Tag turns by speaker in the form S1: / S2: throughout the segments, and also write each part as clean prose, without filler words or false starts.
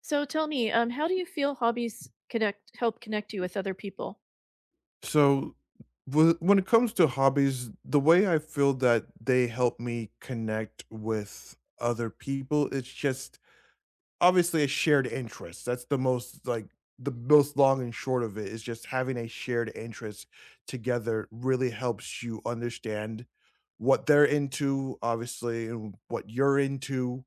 S1: So tell me, how do you feel hobbies connect help connect you with other people?
S2: So, when it comes to hobbies, the way I feel that they help me connect with other people, it's just obviously a shared interest. That's the most the most long and short of it is just having a shared interest together really helps you understand what they're into, obviously, and what you're into.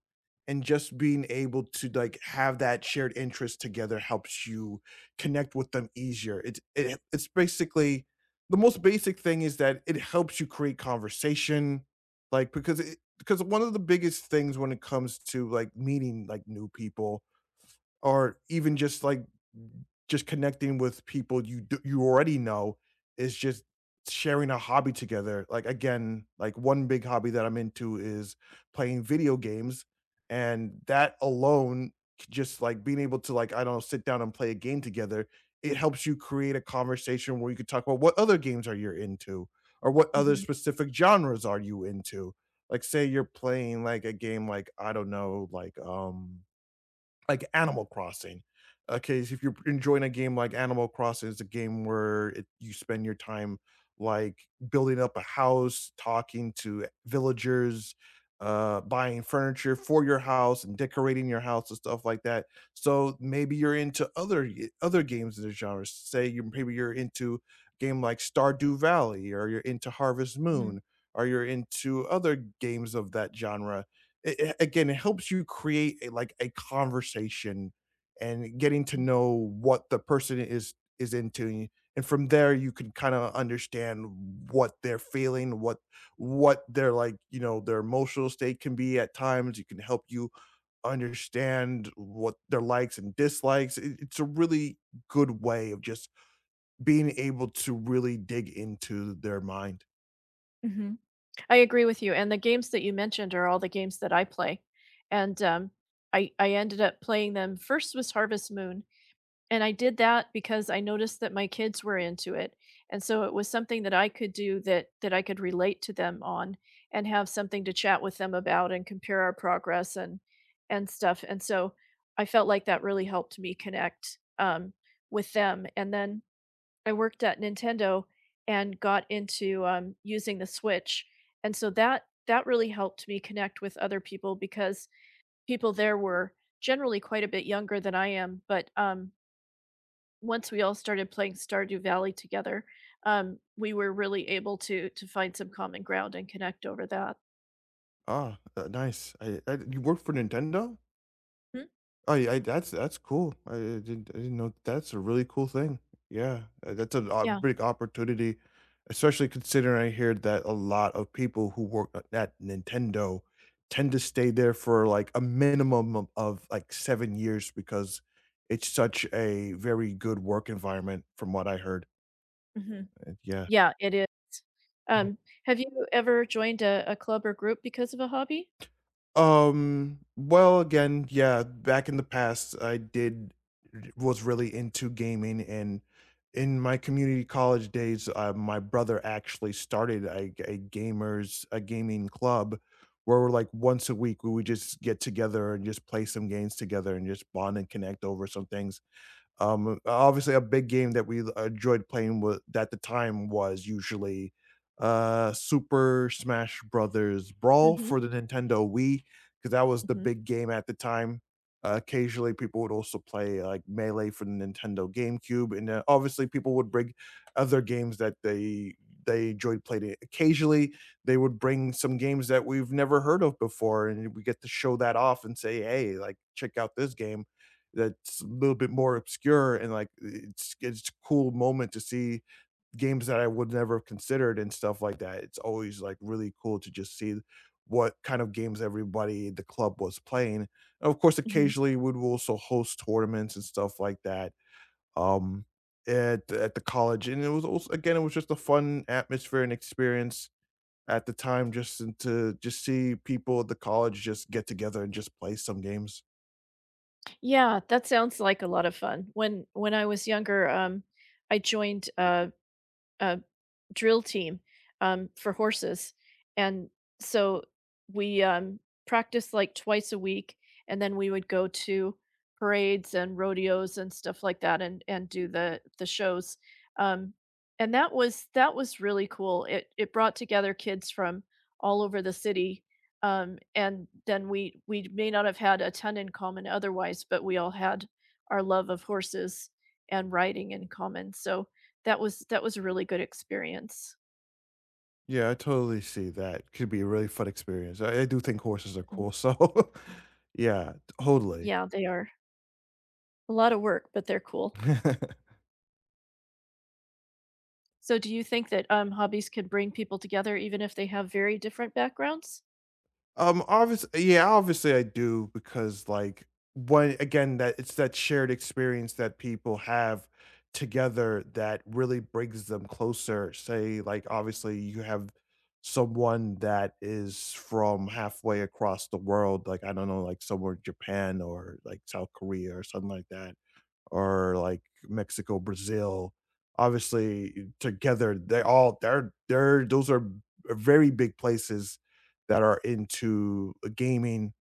S2: And just being able to like have that shared interest together helps you connect with them easier. It's basically the most basic thing is that it helps you create conversation, like because one of the biggest things when it comes to like meeting like new people or even just like just connecting with people you already know is just sharing a hobby together. Like again, like one big hobby that I'm into is playing video games, and that alone, just like being able to like I don't know, sit down and play a game together, it helps you create a conversation where you could talk about what other games are you into, or what other specific genres are you into. Like say you're playing like a game like I don't know, like Animal Crossing. Okay, so if you're enjoying a game like Animal Crossing, it's a game where it you spend your time, like, building up a house, talking to villagers, buying furniture for your house and decorating your house and stuff like that. So, maybe you're into other games in the genre. Say you Maybe you're into a game like Stardew Valley, or you're into Harvest
S1: Mhm.
S2: Moon, or you're into other games of that genre. Again, it helps you create a, like a conversation and getting to know what the person is into, and from there you can kind of understand what they're feeling, what their like you know their emotional state can be at times. You can help you understand what their likes and dislikes. It's a really good way of just being able to really dig into their mind.
S1: Mhm. I agree with you, and the games that you mentioned are all the games that I play, and, I ended up playing them first was Harvest Moon, and I did that because I noticed that my kids were into it, and so it was something that I could do that I could relate to them on and have something to chat with them about and compare our progress and stuff, and so I felt like that really helped me connect, with them, and then I worked at Nintendo and got into, using the Switch, and so that really helped me connect with other people because people there were generally quite a bit younger than I am, but, once we all started playing Stardew Valley together, we were really able to find some common ground and connect over that.
S2: Ah, nice. You work for Nintendo?
S1: Mhm.
S2: Oh, yeah, that's cool. I didn't know that's a really cool thing. Yeah, that's a
S1: Yeah.
S2: big opportunity, especially considering I hear that a lot of people who work at Nintendo tend to stay there for, like, a minimum of, like, 7 years because it's such a very good work environment from what I heard,
S1: Mhm.
S2: and yeah.
S1: Yeah, it is. Um, have you ever joined a club or group because of a hobby?
S2: Well, again, yeah, back in the past, I did was really into gaming, and in my community college days, my brother actually started a gamers a gaming club where we're like once a week we would just get together and just play some games together and just bond and connect over some things obviously, a big game that we enjoyed playing with at the time was usually Super Smash Brothers Brawl
S1: Mhm,
S2: for the Nintendo Wii because that was the
S1: mhm,
S2: big game at the time. Occasionally, people would also play like Melee for the Nintendo GameCube, and obviously, people would bring other games that they enjoyed playing. Occasionally, they would bring some games that we've never heard of before, and we get to show that off and say, "Hey, like check out this game." That's a little bit more obscure and like it's a cool moment to see games that I would never have considered and stuff like that. It's always like really cool to just see what kind of games everybody in the club was playing. And of course,
S1: mhm.
S2: occasionally we would also host tournaments and stuff like that. Um at the college, and it was also again it was just a fun atmosphere and experience at the time just to just see people at the college just get together and just play some games.
S1: Yeah, that sounds like a lot of fun. When I was younger, I joined a drill team for horses, and so we practiced like twice a week, and then we would go to parades and rodeos and stuff like that, and do the shows. Um, and that was really cool. It brought together kids from all over the city. And then we may not have had a ton in common otherwise, but we all had our love of horses and riding in common. So that was a really good experience.
S2: Yeah, I totally see that. Could be a really fun experience. I do think horses are
S1: Mhm.
S2: cool, so yeah, totally.
S1: Yeah, they are a lot of work, but they're cool. So do you think that, hobbies could bring people together even if they have very different backgrounds?
S2: Obvious yeah, obviously I do because, like, one again, that it's that shared experience that people have together that really brings them closer. Say, like, obviously, you have someone that is from halfway across the world, like, I don't know, like, somewhere in Japan or, like, South Korea or something like that or like Mexico, Brazil. Obviously, together they're those are very big places that are into gaming,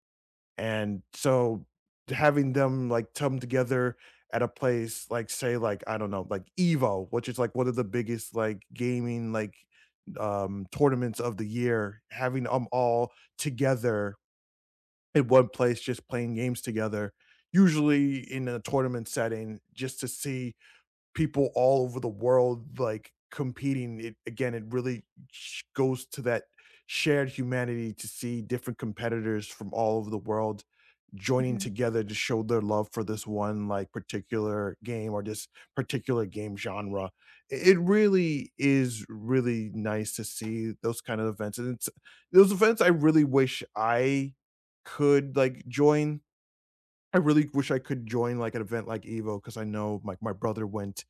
S2: and so having them like come together at a place like say like I don't know like Evo, which is like one of the biggest like gaming like tournaments of the year, having them all together in one place just playing games together, usually in a tournament setting, just to see people all over the world like competing. It really goes to that shared humanity to see different competitors from all over the world joining
S1: Mhm.
S2: together to show their love for this one like particular game or this particular game genre. It really is really nice to see those kind of events, and it's those events I really wish I could like join. I really wish I could join like an event like Evo because I know like my brother went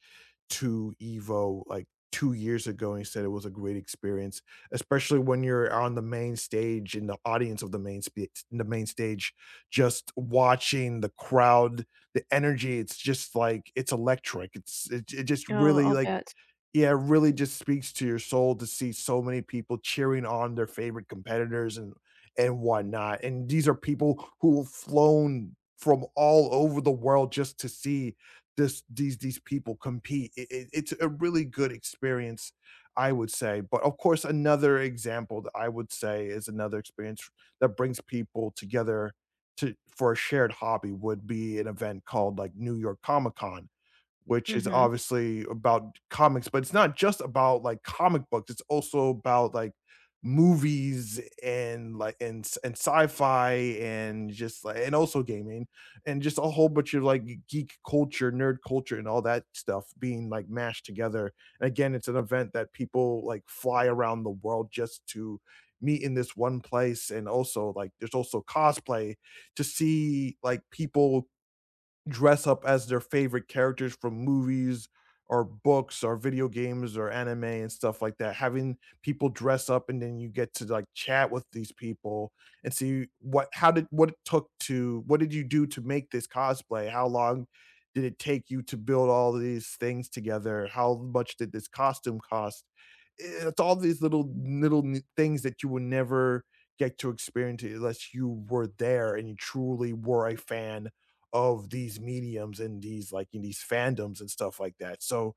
S2: to Evo like 2 years ago, and he said it was a great experience, especially when you're on the main stage, in the audience of the main sp in the main stage, just watching the crowd, the energy, it's just like it's electric. It just
S1: Oh,
S2: really,
S1: I'll
S2: like
S1: bet.
S2: yeah, it really just speaks to your soul to see so many people cheering on their favorite competitors and whatnot, and these are people who have flown from all over the world just to see this these people compete. It's a really good experience, I would say, but, of course, another example that I would say is another experience that brings people together to for a shared hobby would be an event called, like, New York Comic Con, which is
S1: Mhm.
S2: obviously about comics, but it's not just about, like, comic books, it's also about, like, movies and, like, and sci-fi and just, like and also gaming, and just a whole bunch of, like, geek culture, nerd culture, and all that stuff being, like, mashed together. And again, it's an event that people, like, fly around the world just to meet in this one place, and also, like, there's also cosplay to see, like, people dress up as their favorite characters from movies or books or video games or anime and stuff like that. Having people dress up and then you get to like chat with these people and see what how did what it took to what did you do to make this cosplay? How long did it take you to build all these things together? How much did this costume cost? Eh, it's all these little things that you would never get to experience unless you were there and you truly were a fan of these mediums and these like in these fandoms and stuff like that. So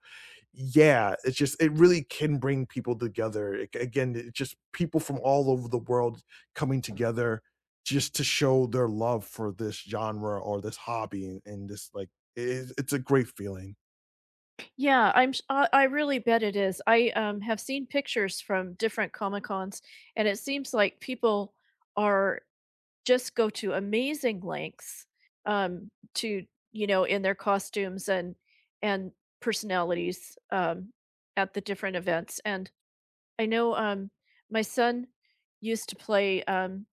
S2: yeah, it's just it really can bring people together. Again, it's just people from all over the world coming together just to show their love for this genre or this hobby and this like it's a great feeling.
S1: Yeah, I'm sh I really bet it is. I, have seen pictures from different Comic Cons, and it seems like people are just go to amazing lengths, to you know, in their costumes and personalities, at the different events, and I know, my son used to play,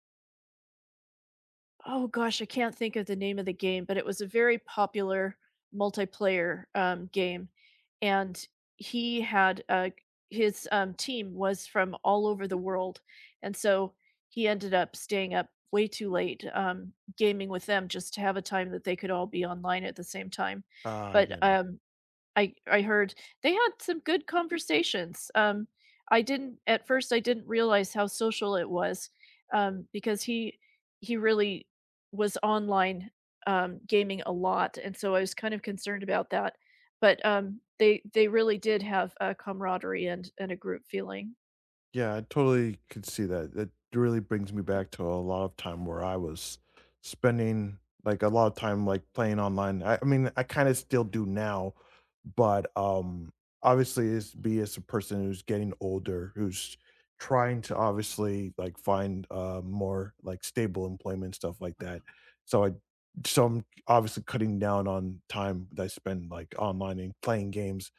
S1: oh gosh, I can't think of the name of the game, but it was a very popular multiplayer, game, and he had, his, team was from all over the world, and so he ended up staying up way too late, gaming with them just to have a time that they could all be online at the same time, but,
S2: Yeah.
S1: I heard they had some good conversations. I didn't at first I didn't realize how social it was, because he really was online gaming a lot, and so I was kind of concerned about that. But they really did have a camaraderie and a group feeling.
S2: Yeah, I totally could see that. That really brings me back to a lot of time where I was spending like a lot of time like playing online. I mean, I kind of still do now, but obviously it's be as a person who's getting older, who's trying to obviously like find more like stable employment stuff like that. So I so I'm obviously cutting down on time that I spend like online and playing games.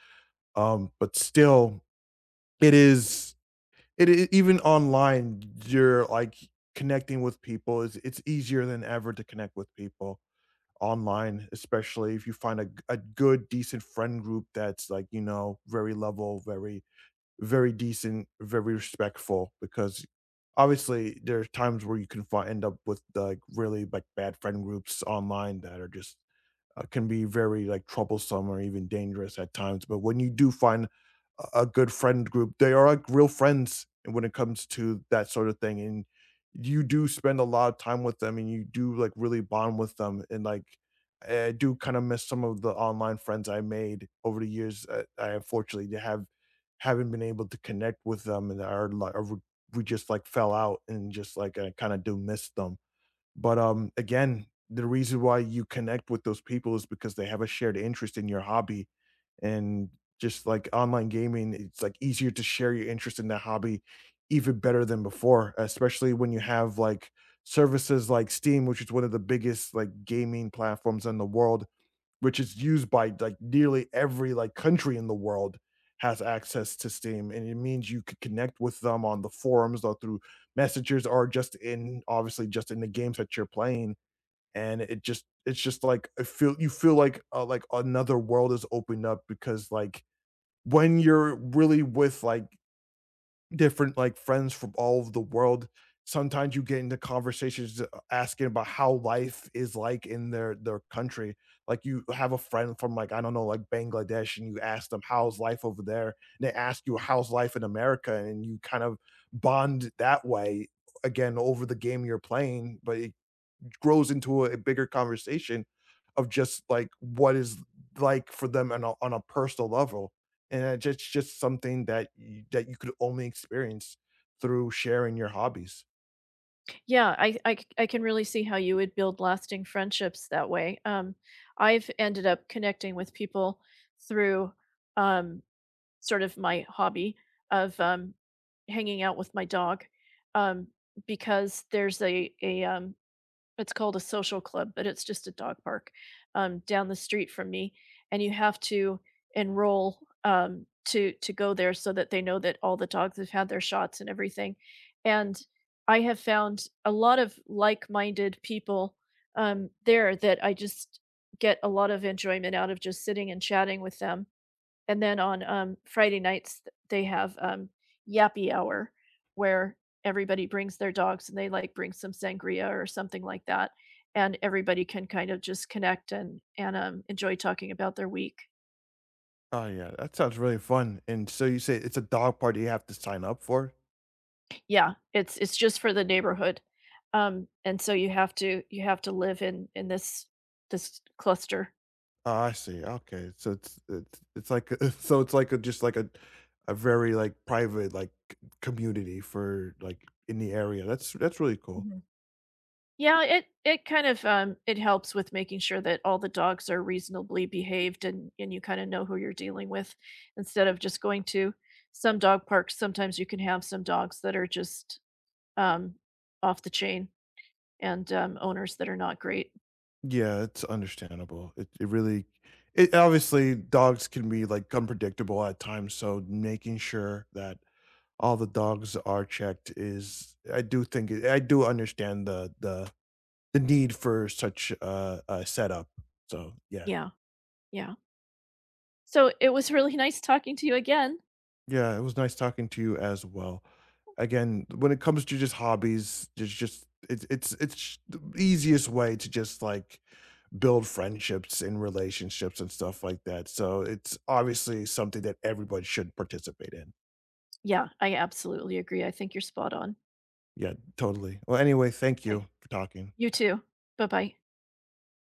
S2: But still it is it I even online, you're, like, connecting with people. Is it's easier than ever to connect with people online, especially if you find a good, decent friend group that's, like, you know, very level, very decent, very respectful because obviously there are times where you can find end up with like really like bad friend groups online that are just can be very like troublesome or even dangerous at times. But when you do find a good friend group, they are like real friends when it comes to that sort of thing. And you do spend a lot of time with them and you do like really bond with them. And like, I do kind of miss some of the online friends I made over the years. I unfortunately have Haven't been able to connect with them and are li or we just, like, fell out and just, like, I kinda do miss them. But, again, the reason why you connect with those people is because they have a shared interest in your hobby, and just like online gaming, it's, like, easier to share your interest in that hobby even better than before, especially when you have, like, services like Steam, which is one of the biggest, like, gaming platforms in the world, which is used by like nearly every like country in the world, has access to Steam, and it means you could connect with them on the forums or through messengers or just in obviously just in the games that you're playing. And it just it's just like I feel you feel like another world is opened up because like when you're really with like different, like, friends from all over the world. Sometimes you get into conversations, asking about how life is like in their country. Like, you have a friend from, like, I don't know, like, Bangladesh, and you ask them, "How's life over there?" And they ask you, "How's life in America?" And you kind of bond that way, again, over the game you're playing, but it grows into a bigger conversation of just like what is like for them on a personal level. And it's just something that you could only experience through sharing your hobbies.
S1: Yeah, I can really see how you would build lasting friendships that way. I've ended up connecting with people through. Um, sort of my hobby of hanging out with my dog um, because there's a it's called a social club, but it's just a dog park down the street from me, and you have to enroll to go there so that they know that all the dogs have had their shots and everything. And I have found a lot of like-minded people there that I just get a lot of enjoyment out of just sitting and chatting with them and then on Friday nights, they have Yappy Hour, where everybody brings their dogs and they like bring some sangria or something like that, and everybody can kind of just connect and enjoy talking about their week.
S2: Oh yeah, that sounds really fun. And so you say it's a dog party you have to sign up for?
S1: Yeah, it's just for the neighborhood, and so you have to live in in this cluster.
S2: Oh, I see. Okay. So it's it's like a, so it's like a just like a very like private like community for like in the area. That's really cool.
S1: Yeah, it kind of it helps with making sure that all the dogs are reasonably behaved and you kind of know who you're dealing with instead of just going to some dog parks. Sometimes you can have some dogs that are just um off the chain and owners that are not great.
S2: Yeah, it's understandable. It really it obviously, dogs can be, like, unpredictable at times, so making sure that all the dogs are checked is I do understand the need for such a setup. So, yeah.
S1: Yeah, yeah. So it was really nice talking to you again.
S2: Yeah, it was nice talking to you as well. Again, when it comes to just hobbies, there's just it's the easiest way to just, like, build friendships and relationships and stuff like that. So it's obviously something that everybody should participate in.
S1: Yeah, I absolutely agree. I think you're spot on.
S2: Yeah, totally. Well, anyway, thank
S1: Okay.
S2: you for talking.
S1: You too. Bye-bye.